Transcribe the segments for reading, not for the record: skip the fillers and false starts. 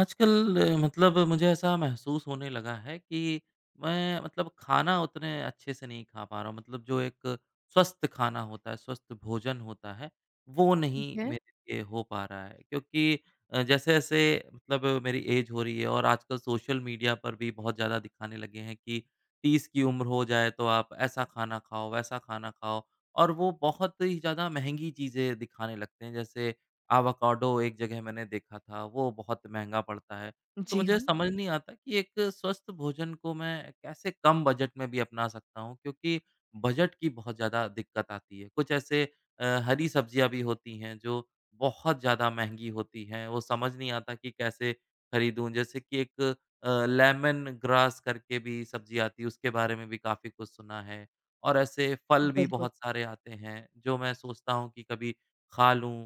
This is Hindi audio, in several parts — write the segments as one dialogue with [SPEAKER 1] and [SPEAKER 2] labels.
[SPEAKER 1] आजकल मतलब मुझे ऐसा महसूस होने लगा है कि मैं मतलब खाना उतने अच्छे से नहीं खा पा रहा हूँ। मतलब जो एक स्वस्थ खाना होता है, स्वस्थ भोजन होता है, वो नहीं
[SPEAKER 2] ठीक है।
[SPEAKER 1] मेरे लिए हो पा रहा है। क्योंकि जैसे-जैसे मतलब मेरी ऐज हो रही है, और आजकल सोशल मीडिया पर भी बहुत ज़्यादा दिखाने लगे हैं कि 30 की उम्र हो जाए तो आप ऐसा खाना खाओ, वैसा खाना खाओ, और वो बहुत ही ज़्यादा महँगी चीज़ें दिखाने लगते हैं। जैसे एवोकाडो, एक जगह मैंने देखा था, वो बहुत महँगा पड़ता है। तो
[SPEAKER 2] जी
[SPEAKER 1] मुझे
[SPEAKER 2] हाँ,
[SPEAKER 1] समझ नहीं आता कि एक स्वस्थ भोजन को मैं कैसे कम बजट में भी अपना सकता हूँ, क्योंकि बजट की बहुत ज़्यादा दिक्कत आती है। कुछ ऐसे हरी सब्जियाँ भी होती हैं जो बहुत ज़्यादा महँगी होती हैं, वो समझ नहीं आता कि कैसे खरीदूँ? जैसे कि एक लेमन ग्रास करके भी सब्ज़ी आती है, उसके बारे में भी काफ़ी कुछ सुना है। और ऐसे फल भी
[SPEAKER 2] बिल्कुल,
[SPEAKER 1] बहुत सारे आते हैं, जो मैं सोचता हूँ कि कभी खा लूँ,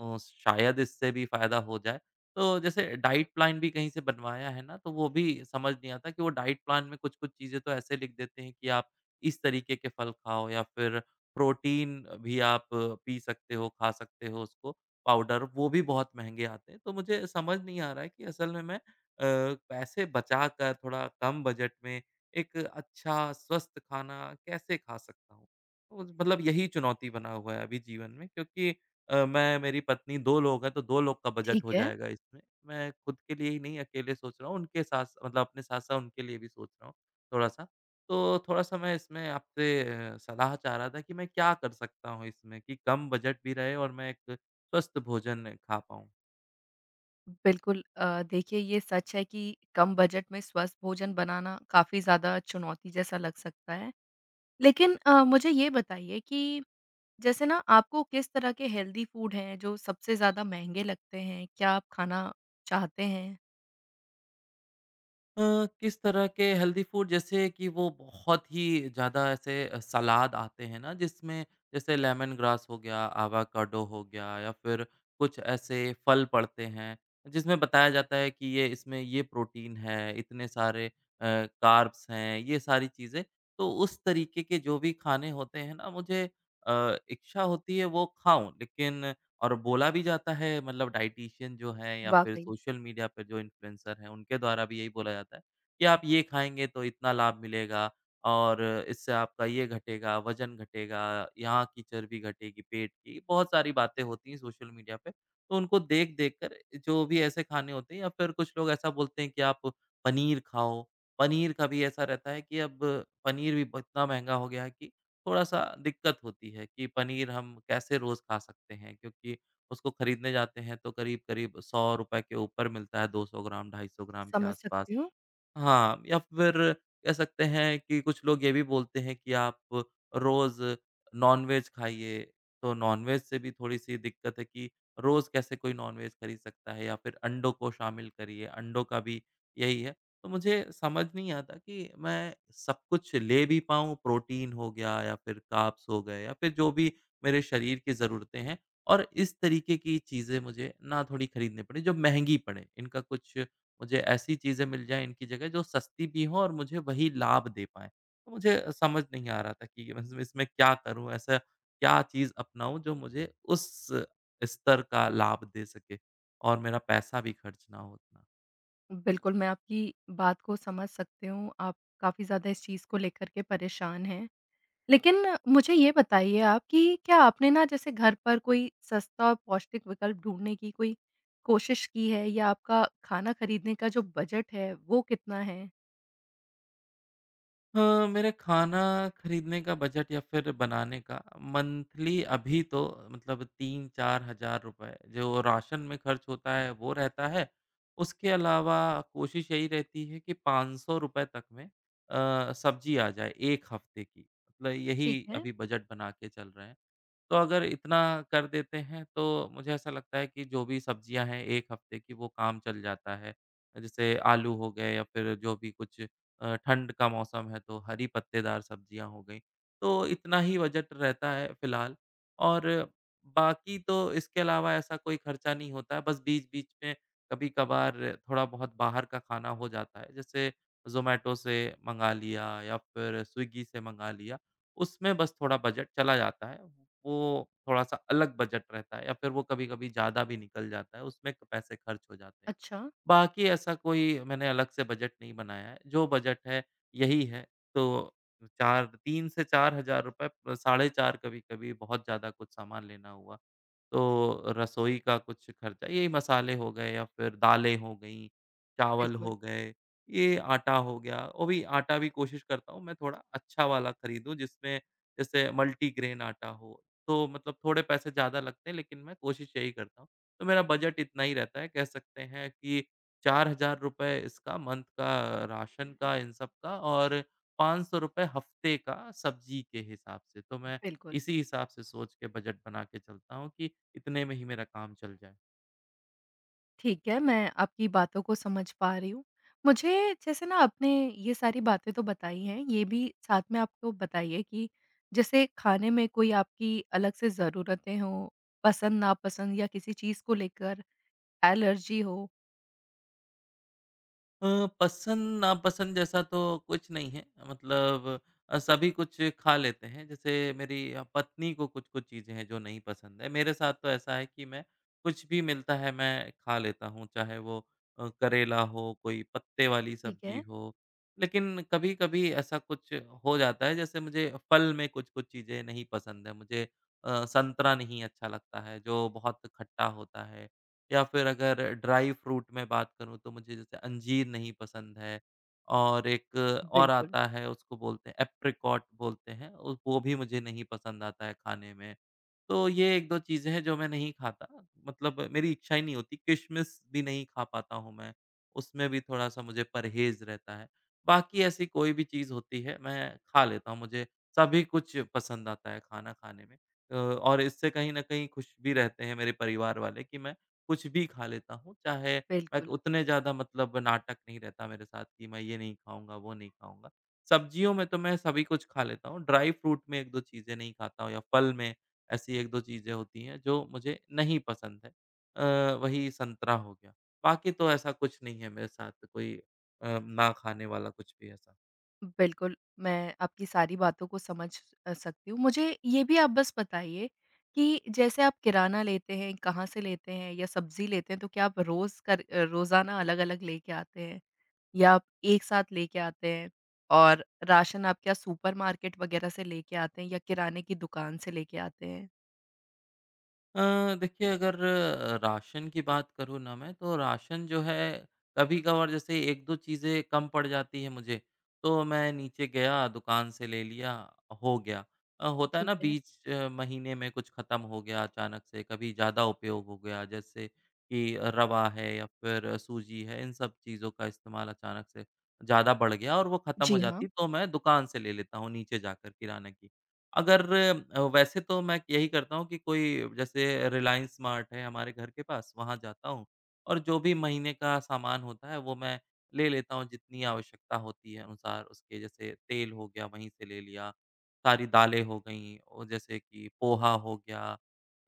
[SPEAKER 1] शायद इससे भी फ़ायदा हो जाए। तो जैसे डाइट प्लान भी कहीं से बनवाया है ना, तो वो भी समझ नहीं आता। कि वो डाइट प्लान में कुछ-कुछ चीज़ें तो ऐसे लिख देते हैं कि आप इस तरीके के फल खाओ, या फिर प्रोटीन भी आप पी सकते हो, खा सकते हो उसको पाउडर, वो भी बहुत महँगे आते हैं। तो मुझे समझ नहीं आ रहा है कि असल में मैं अ, पैसे बचाकर थोड़ा कम बजट में एक अच्छा स्वस्थ खाना कैसे खा सकता हूँ? तो मतलब यही चुनौती बना हुआ है अभी जीवन में, क्योंकि मैं, मेरी पत्नी, 2 लोग हैं, तो 2 लोग का बजट हो
[SPEAKER 2] ठीक है।
[SPEAKER 1] जाएगा इसमें। मैं खुद के लिए ही नहीं अकेले सोच रहा हूँ, उनके साथ मतलब अपने साथ-साथ उनके लिए भी सोच रहा हूँ थोड़ा-सा। तो थोड़ा-सा मैं इसमें आपसे सलाह चाह रहा था कि मैं क्या कर सकता हूँ इसमें कि कम बजट भी रहे और मैं एक स्वस्थ भोजन खा पाऊँ?
[SPEAKER 2] बिल्कुल देखिए ये सच है कि कम बजट में स्वस्थ भोजन बनाना काफ़ी ज़्यादा चुनौती जैसा लग सकता है। लेकिन मुझे ये बताइए कि जैसे ना आपको किस तरह के हेल्दी फूड हैं जो सबसे ज़्यादा महँगे लगते हैं? क्या आप खाना चाहते हैं?
[SPEAKER 1] अ, किस तरह के हेल्दी फूड, जैसे कि वो बहुत ही ज़्यादा ऐसे सलाद आते हैं ना, जिसमें जैसे लेमन ग्रास हो गया, आवाकाडो हो गया, या फिर कुछ ऐसे फल पड़ते हैं, जिसमें बताया जाता है कि ये इसमें ये प्रोटीन है, इतने सारे कार्ब्स हैं, ये सारी चीज़ें। तो उस तरीके के जो भी खाने होते हैं ना, मुझे इच्छा होती है वो खाऊँ, लेकिन और बोला भी जाता है, मतलब डायटीशियन जो हैं, या फिर
[SPEAKER 2] वाक़ई,
[SPEAKER 1] सोशल मीडिया पे जो इन्फ्लुएंसर हैं, उनके द्वारा भी यही बोला जाता है कि आप ये खाएँगे तो इतना लाभ मिलेगा, और इससे आपका ये घटेगा, वज़न घटेगा, यहाँ की चर्बी घटेगी पेट की। बहुत सारी बातें होती हैं सोशल मीडिया पे, तो उनको देख-देख कर जो भी ऐसे खाने होते हैं, या फिर कुछ लोग ऐसा बोलते हैं कि आप पनीर खाओ। पनीर का भी ऐसा रहता है कि अब पनीर भी ब इतना महँगा हो गया है कि थोड़ा-सा दिक्कत होती है कि पनीर हम कैसे रोज़ खा सकते हैं, क्योंकि उसको खरीदने जाते हैं तो करीब-करीब ₹100 के ऊपर मिलता है, 200 ग्राम, 250 ग्राम के
[SPEAKER 2] समझ
[SPEAKER 1] आसपास।
[SPEAKER 2] सकती हूँ।
[SPEAKER 1] हाँ, या फिर कह सकते हैं कि कुछ लोग ये भी बोलते हैं कि आप रोज़ नॉन-वेज खाइए, तो नॉन-वेज से भी थोड़ी-सी दिक्कत है कि रोज़ कैसे कोई नॉन-वेज खरीद सकता है, या फिर अंडों को शामिल करिए, अंडों का भी यही है। तो मुझे समझ नहीं आता कि मैं सब कुछ ले भी पाऊँ, प्रोटीन हो गया या फिर कार्ब्स हो गए, या फिर जो भी मेरे शरीर की ज़रूरतें हैं, और इस तरीके की चीज़ें मुझे ना थोड़ी खरीदनी पड़े जो महँगी पड़े, इनका कुछ मुझे ऐसी चीज़ें मिल जाएँ इनकी जगह जो सस्ती भी हों और मुझे वही लाभ दे पाएँ। तो मुझे समझ नहीं आ रहा था कि ये मतलब इसमें क्या करूँ? ऐसा क्या चीज़ अपनाऊँ जो मुझे उस स्तर का लाभ दे सके, और मेरा पैसा भी खर्च ना हो उतना?
[SPEAKER 2] बिल्कुल, मैं आपकी बात को समझ सकती हूँ। आप काफ़ी ज़्यादा इस चीज़ को लेकर के परेशान हैं। लेकिन मुझे ये बताइए आप कि क्या आपने ना जैसे घर पर कोई सस्ता और पौष्टिक विकल्प ढूँढने की कोई कोशिश की है या आपका खाना खरीदने का जो बजट है वो कितना है?
[SPEAKER 1] हाँ, मेरा खाना खरीदने का बजट या फिर बनाने का, मंथली अभी तो मतलब 3-4 हज़ार रुपए जो राशन में खर्च होता है वो रहता है। उसके अलावा कोशिश यही रहती है कि ₹500 तक में सब्जी आ जाए 1 हफ्ते की। मतलब
[SPEAKER 2] ठीक
[SPEAKER 1] यही
[SPEAKER 2] है,
[SPEAKER 1] अभी बजट बना के चल रहे हैं। तो अगर इतना कर देते हैं तो मुझे ऐसा लगता है कि जो भी सब्जियां हैं 1 हफ्ते की, वो काम चल जाता है। जैसे आलू हो गए, या फिर जो भी कुछ ठंड का मौसम है तो हरी पत्तेदार सब्जियां हो गई। तो इतना ही बजट रहता है फिलहाल, और बाकी तो इसके अलावा ऐसा कोई खर्चा नहीं होता है। बस बीच-बीच में कभी-कभार थोड़ा बहुत बाहर का खाना हो जाता है। जैसे ज़ोमैटो से मंगा लिया, या फिर स्विगी से मंगा लिया। उसमें बस थोड़ा बजट चला जाता है। वो थोड़ा-सा अलग बजट रहता है, या फिर वो कभी-कभी ज़्यादा भी निकल जाता है, उसमें पैसे खर्च हो जाते हैं।
[SPEAKER 2] अच्छा।
[SPEAKER 1] बाकी ऐसा कोई मैंने अलग से बजट नहीं बनाया है, जो बजट है यही है। तो 4 3 से ₹4000, साढ़े 4, कभी-कभी बहुत ज़्यादा कुछ सामान लेना हुआ तो रसोई का कुछ खर्चा, यही मसाले हो गए, या फिर दालें हो गईं, चावल हो
[SPEAKER 2] बिल्कुल।
[SPEAKER 1] गए, ये आटा हो गया। वो भी आटा भी कोशिश करता हूँ मैं थोड़ा अच्छा वाला खरीदूँ, जिसमें जैसे मल्टीग्रेन आटा हो। तो मतलब थोड़े पैसे ज़्यादा लगते हैं, लेकिन मैं कोशिश यही करता हूँ। तो मेरा बजट इतना ही रहता है, कह सकते हैं कि ₹4000 इसका मंथ का राशन का इन सब का, और ₹500 हफ्ते का सब्ज़ी के हिसाब से। तो मैं
[SPEAKER 2] बिल्कुल,
[SPEAKER 1] इसी हिसाब से सोच के बजट बना के चलता हूँ कि इतने में ही मेरा काम चल जाए।
[SPEAKER 2] ठीक है, मैं आपकी बातों को समझ पा रही हूँ। मुझे जैसे ना आपने ये सारी बातें तो बताई हैं, ये भी साथ में आपको बताइए कि जैसे खाने में कोई आपकी अलग से ज़रूरतें हों, पसंद-नापसंद या किसी चीज़ को लेकर एलर्जी हो,
[SPEAKER 1] पसंद-नापसंद जैसा तो कुछ नहीं है, मतलब सभी कुछ खा लेते हैं। जैसे मेरी पत्नी को कुछ-कुछ चीज़ें हैं जो नहीं पसंद है। मेरे साथ तो ऐसा है कि मैं कुछ भी मिलता है मैं खा लेता हूँ, चाहे वो करेला हो, कोई पत्ते वाली
[SPEAKER 2] ठीक
[SPEAKER 1] सब्ज़ी
[SPEAKER 2] है?
[SPEAKER 1] हो। लेकिन कभी-कभी ऐसा कुछ हो जाता है, जैसे मुझे फल में कुछ-कुछ चीज़ें नहीं पसंद है। मुझे संतरा नहीं अच्छा लगता है, जो बहुत खट्टा होता है। या फिर अगर ड्राई फ्रूट में बात करूँ, तो मुझे जैसे अंजीर नहीं पसंद है, और एक और
[SPEAKER 2] बिल्कुल,
[SPEAKER 1] आता है, उसको बोलते हैं एप्रिकॉट बोलते हैं, उस वो भी मुझे नहीं पसंद आता है खाने में। तो ये 1-2 चीज़ें हैं जो मैं नहीं खाता, मतलब मेरी इच्छा ही नहीं होती, किशमिश भी नहीं खा पाता हूँ मैं, उसमें भी थोड़ा-सा मुझे परहेज़ रहता है। बाकी ऐसी कोई भी चीज़ होती है मैं खा लेता हूँ, मुझे सभी कुछ पसंद आता है खाना खाने में। और इससे कहीं न कहीं खुश भी रहते हैं मेरे परिवार वाले कि मैं कुछ भी खा लेता हूँ, चाहे मैं
[SPEAKER 2] बिल्कुल,
[SPEAKER 1] उतने ज़्यादा मतलब नाटक नहीं रहता मेरे साथ कि मैं ये नहीं खाऊँगा, वो नहीं खाऊँगा। सब्जियों में तो मैं सभी कुछ खा लेता हूँ, ड्राई फ्रूट में 1-2 चीज़ें नहीं खाता हूँ, या फल में ऐसी 1-2 चीज़ें होती हैं जो मुझे नहीं पसंद है। वही संतरा हो गया, बाकी तो ऐसा कुछ नहीं है मेरे साथ कोई ना खाने वाला कुछ भी ऐसा।
[SPEAKER 2] बिल्कुल, मैं आपकी सारी बातों को समझ सकती हूँ। मुझे ये भी आप बस बताइए कि जैसे आप किराना लेते हैं, कहाँ से लेते हैं या सब्ज़ी लेते हैं, तो क्या आप रोज़ रोज़ाना अलग-अलग लेके आते हैं या आप एक साथ लेके आते हैं? और राशन आप क्या सुपरमार्केट वग़ैरह से लेके आते हैं या किराने की दुकान से लेके आते हैं?
[SPEAKER 1] देखिए अगर राशन की बात करूँ ना मैं, तो राशन जो है, कभी-कभार जैसे 1-2 चीज़ें कम पड़ जाती हैं मुझे, तो मैं नीचे गया दुकान से ले लिया, हो गया। होता है
[SPEAKER 2] ठीक
[SPEAKER 1] ना,
[SPEAKER 2] है।
[SPEAKER 1] बीच महीने में कुछ ख़त्म हो गया अचानक से, कभी ज़्यादा उपयोग हो गया, जैसे कि रवा है या फिर सूजी है, इन सब चीज़ों का इस्तेमाल अचानक से ज़्यादा बढ़ गया और वो ख़त्म हो
[SPEAKER 2] जी हाँ,
[SPEAKER 1] जाती है, तो मैं दुकान से ले लेता हूँ नीचे जाकर किराने की। अगर वैसे तो मैं यही करता हूँ कि कोई जैसे रिलायंस मार्ट है हमारे घर के पास, वहाँ जाता हूँ और जो भी महीने का सामान होता है वो मैं ले लेता हूँ जितनी आवश्यकता होती है अनुसार उसके। जैसे तेल हो गया वहीं से ले लिया, सारी दालें हो गईं, और जैसे कि पोहा हो गया,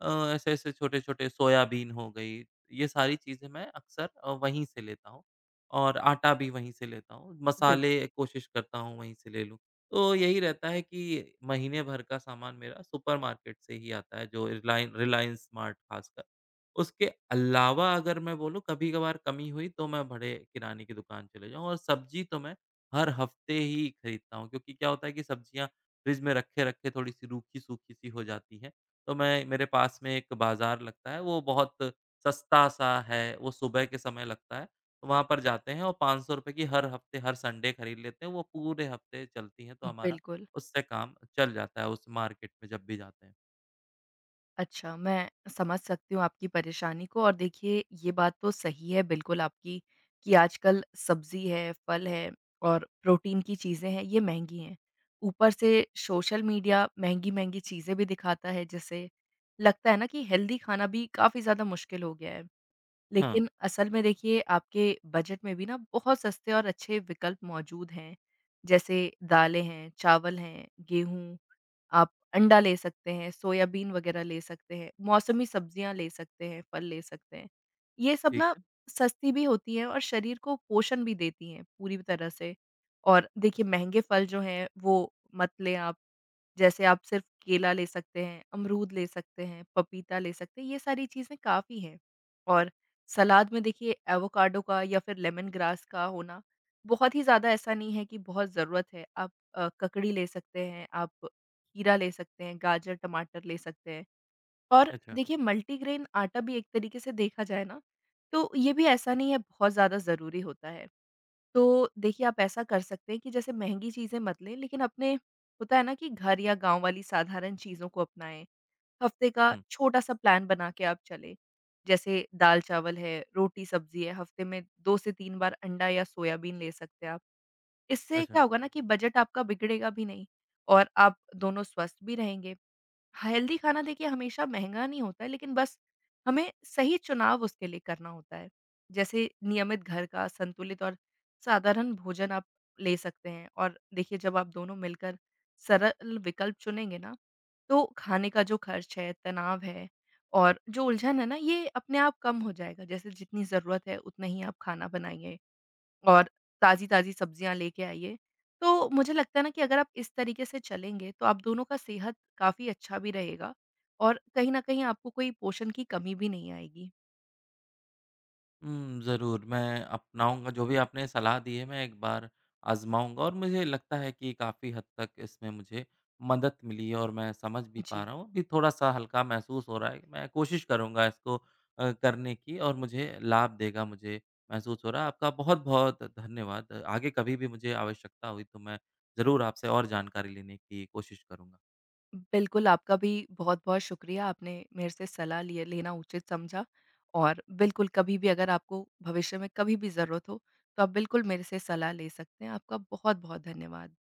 [SPEAKER 1] अ, ऐसे-ऐसे छोटे-छोटे सोयाबीन हो गई, ये सारी चीज़ें मैं अक्सर वहीं से लेता हूँ, और आटा भी वहीं से लेता हूँ।
[SPEAKER 2] बिल
[SPEAKER 1] मसाले कोशिश करता हूँ वहीं से ले लूँ। तो यही रहता है कि महीने भर का सामान मेरा सुपरमार्केट से ही आता है, जो रिलायंस स्मार्ट ख़ासकर। उसके अलावा अगर मैं बोलूँ कभी-कभार कमी हुई तो मैं बड़े किराने की दुकान चले जाऊँ, और सब्ज़ी तो मैं हर हफ़्ते ही खरीदता हूँ, क्योंकि क्या होता है कि सब्ज़ियाँ फ्रिज में रखे-रखे थोड़ी-सी रूखी-सूखी सी रूखी सूखी सी हो जाती हैं। तो मैं, मेरे पास में एक बाज़ार लगता है, वो बहुत सस्ता-सा है, वो सुबह के समय लगता है। वहाँ पर जाते हैं और ₹500 की हर हफ्ते, हर संडे खरीद लेते हैं, वो पूरे हफ्ते चलती हैं, तो हमारा
[SPEAKER 2] बिल्कुल।
[SPEAKER 1] उससे काम चल जाता है उस मार्केट में जब भी जाते हैं।
[SPEAKER 2] अच्छा, मैं समझ सकती हूँ आपकी परेशानी को और देखिए ये बात तो सही है बिल्कुल आपकी कि आजकल सब्ज़ी है, फल है और प्रोटीन की चीज़ें हैं, ये महँगी हैं। ऊपर से सोशल मीडिया महँगी-महँगी चीज़ें भी दिखाता है जिससे लगता है ना कि हेल्दी खाना भी काफ़ी ज़्यादा मुश्किल हो गया है।
[SPEAKER 1] हाँ,
[SPEAKER 2] लेकिन असल में देखिए आपके बजट में भी ना बहुत सस्ते और अच्छे विकल्प मौजूद हैं। जैसे दालें हैं, चावल हैं, गेहूँ आप अंडा ले सकते हैं, सोयाबीन वगैरह ले सकते हैं, मौसमी सब्जियाँ ले सकते हैं, फल ले सकते हैं। ये सब
[SPEAKER 1] ठीक
[SPEAKER 2] ना
[SPEAKER 1] है।
[SPEAKER 2] सस्ती भी होती हैं और शरीर को पोषण भी देती हैं पूरी तरह से। और देखिए महँगे फल जो हैं वो मत लें आप जैसे आप सिर्फ़ केला ले सकते हैं, अमरूद ले सकते हैं, पपीता ले सकते हैं, ये सारी चीज़ें काफ़ी हैं। और सलाद में देखिए एवोकाडो का या फिर लेमन ग्रास का होना बहुत ही ज़्यादा ऐसा नहीं है कि बहुत ज़रूरत है। आप ककड़ी ले सकते हैं, आप खीरा ले सकते हैं, गाजर, टमाटर ले सकते हैं। और
[SPEAKER 1] अच्छा।
[SPEAKER 2] देखिए मल्टीग्रेन आटा भी एक तरीके से देखा जाए ना, तो ये भी ऐसा नहीं है बहुत ज़्यादा ज़रूरी होता है। तो देखिए आप ऐसा कर सकते हैं कि जैसे महँगी चीज़ें मत लें, लेकिन अपने होता है ना कि घर या गाँव वाली साधारण चीज़ों को अपनाएँ। हफ़्ते का
[SPEAKER 1] हुँ,
[SPEAKER 2] छोटा-सा प्लान बना के आप चलें। जैसे दाल-चावल है, रोटी-सब्ज़ी है, हफ़्ते में 2 से 3 बार अंडा या सोयाबीन ले सकते हैं आप। इससे
[SPEAKER 1] अच्छा।
[SPEAKER 2] क्या होगा ना कि बजट आपका बिगड़ेगा भी नहीं और आप दोनों स्वस्थ भी रहेंगे। हेल्दी खाना देखिए हमेशा महंगा नहीं होता है, लेकिन बस हमें सही चुनाव उसके लिए करना होता है। जैसे नियमित घर का संतुलित और साधारण भोजन आप ले सकते हैं और देखिए जब आप दोनों मिलकर सरल विकल्प चुनेंगे ना, तो खाने का जो खर्च है, तनाव है और जो उलझन है ना, ये अपने आप कम हो जाएगा। जैसे जितनी ज़रूरत है उतना ही आप खाना बनाइए। और ताज़ी-ताज़ी सब्जियाँ लेके आइए। तो मुझे लगता है ना कि अगर आप इस तरीके से चलेंगे तो आप दोनों का सेहत काफ़ी अच्छा भी रहेगा और कहीं न कहीं आपको कोई पोषण की कमी भी नहीं आएगी।
[SPEAKER 1] ज़रूर मैं अपनाऊँगा जो भी आपने सलाह दी है, मैं एक बार आज़माऊँगा, और मुझे लगता है कि काफ़ी हद तक इसमें मुझे मदद मिली है, और मैं समझ भी पा
[SPEAKER 2] जी।
[SPEAKER 1] रहा हूँ। अभी थोड़ा-सा हल्का महसूस हो रहा है, मैं कोशिश करूँगा इसको करने की, और मुझे लाभ देगा मुझे महसूस हो रहा है। आपका बहुत-बहुत धन्यवाद। आगे कभी भी मुझे आवश्यकता हुई तो मैं ज़रूर आपसे और जानकारी लेने की कोशिश करूँगा।
[SPEAKER 2] बिल्कुल, आपका भी बहुत-बहुत शुक्रिया। आपने मेरे से सलाह लिए लेना उचित समझा और बिल्कुल कभी भी अगर आपको भविष्य में कभी भी ज़रूरत हो, तो आप बिल्कुल मेरे से सलाह ले सकते हैं। आपका बहुत-बहुत धन्यवाद।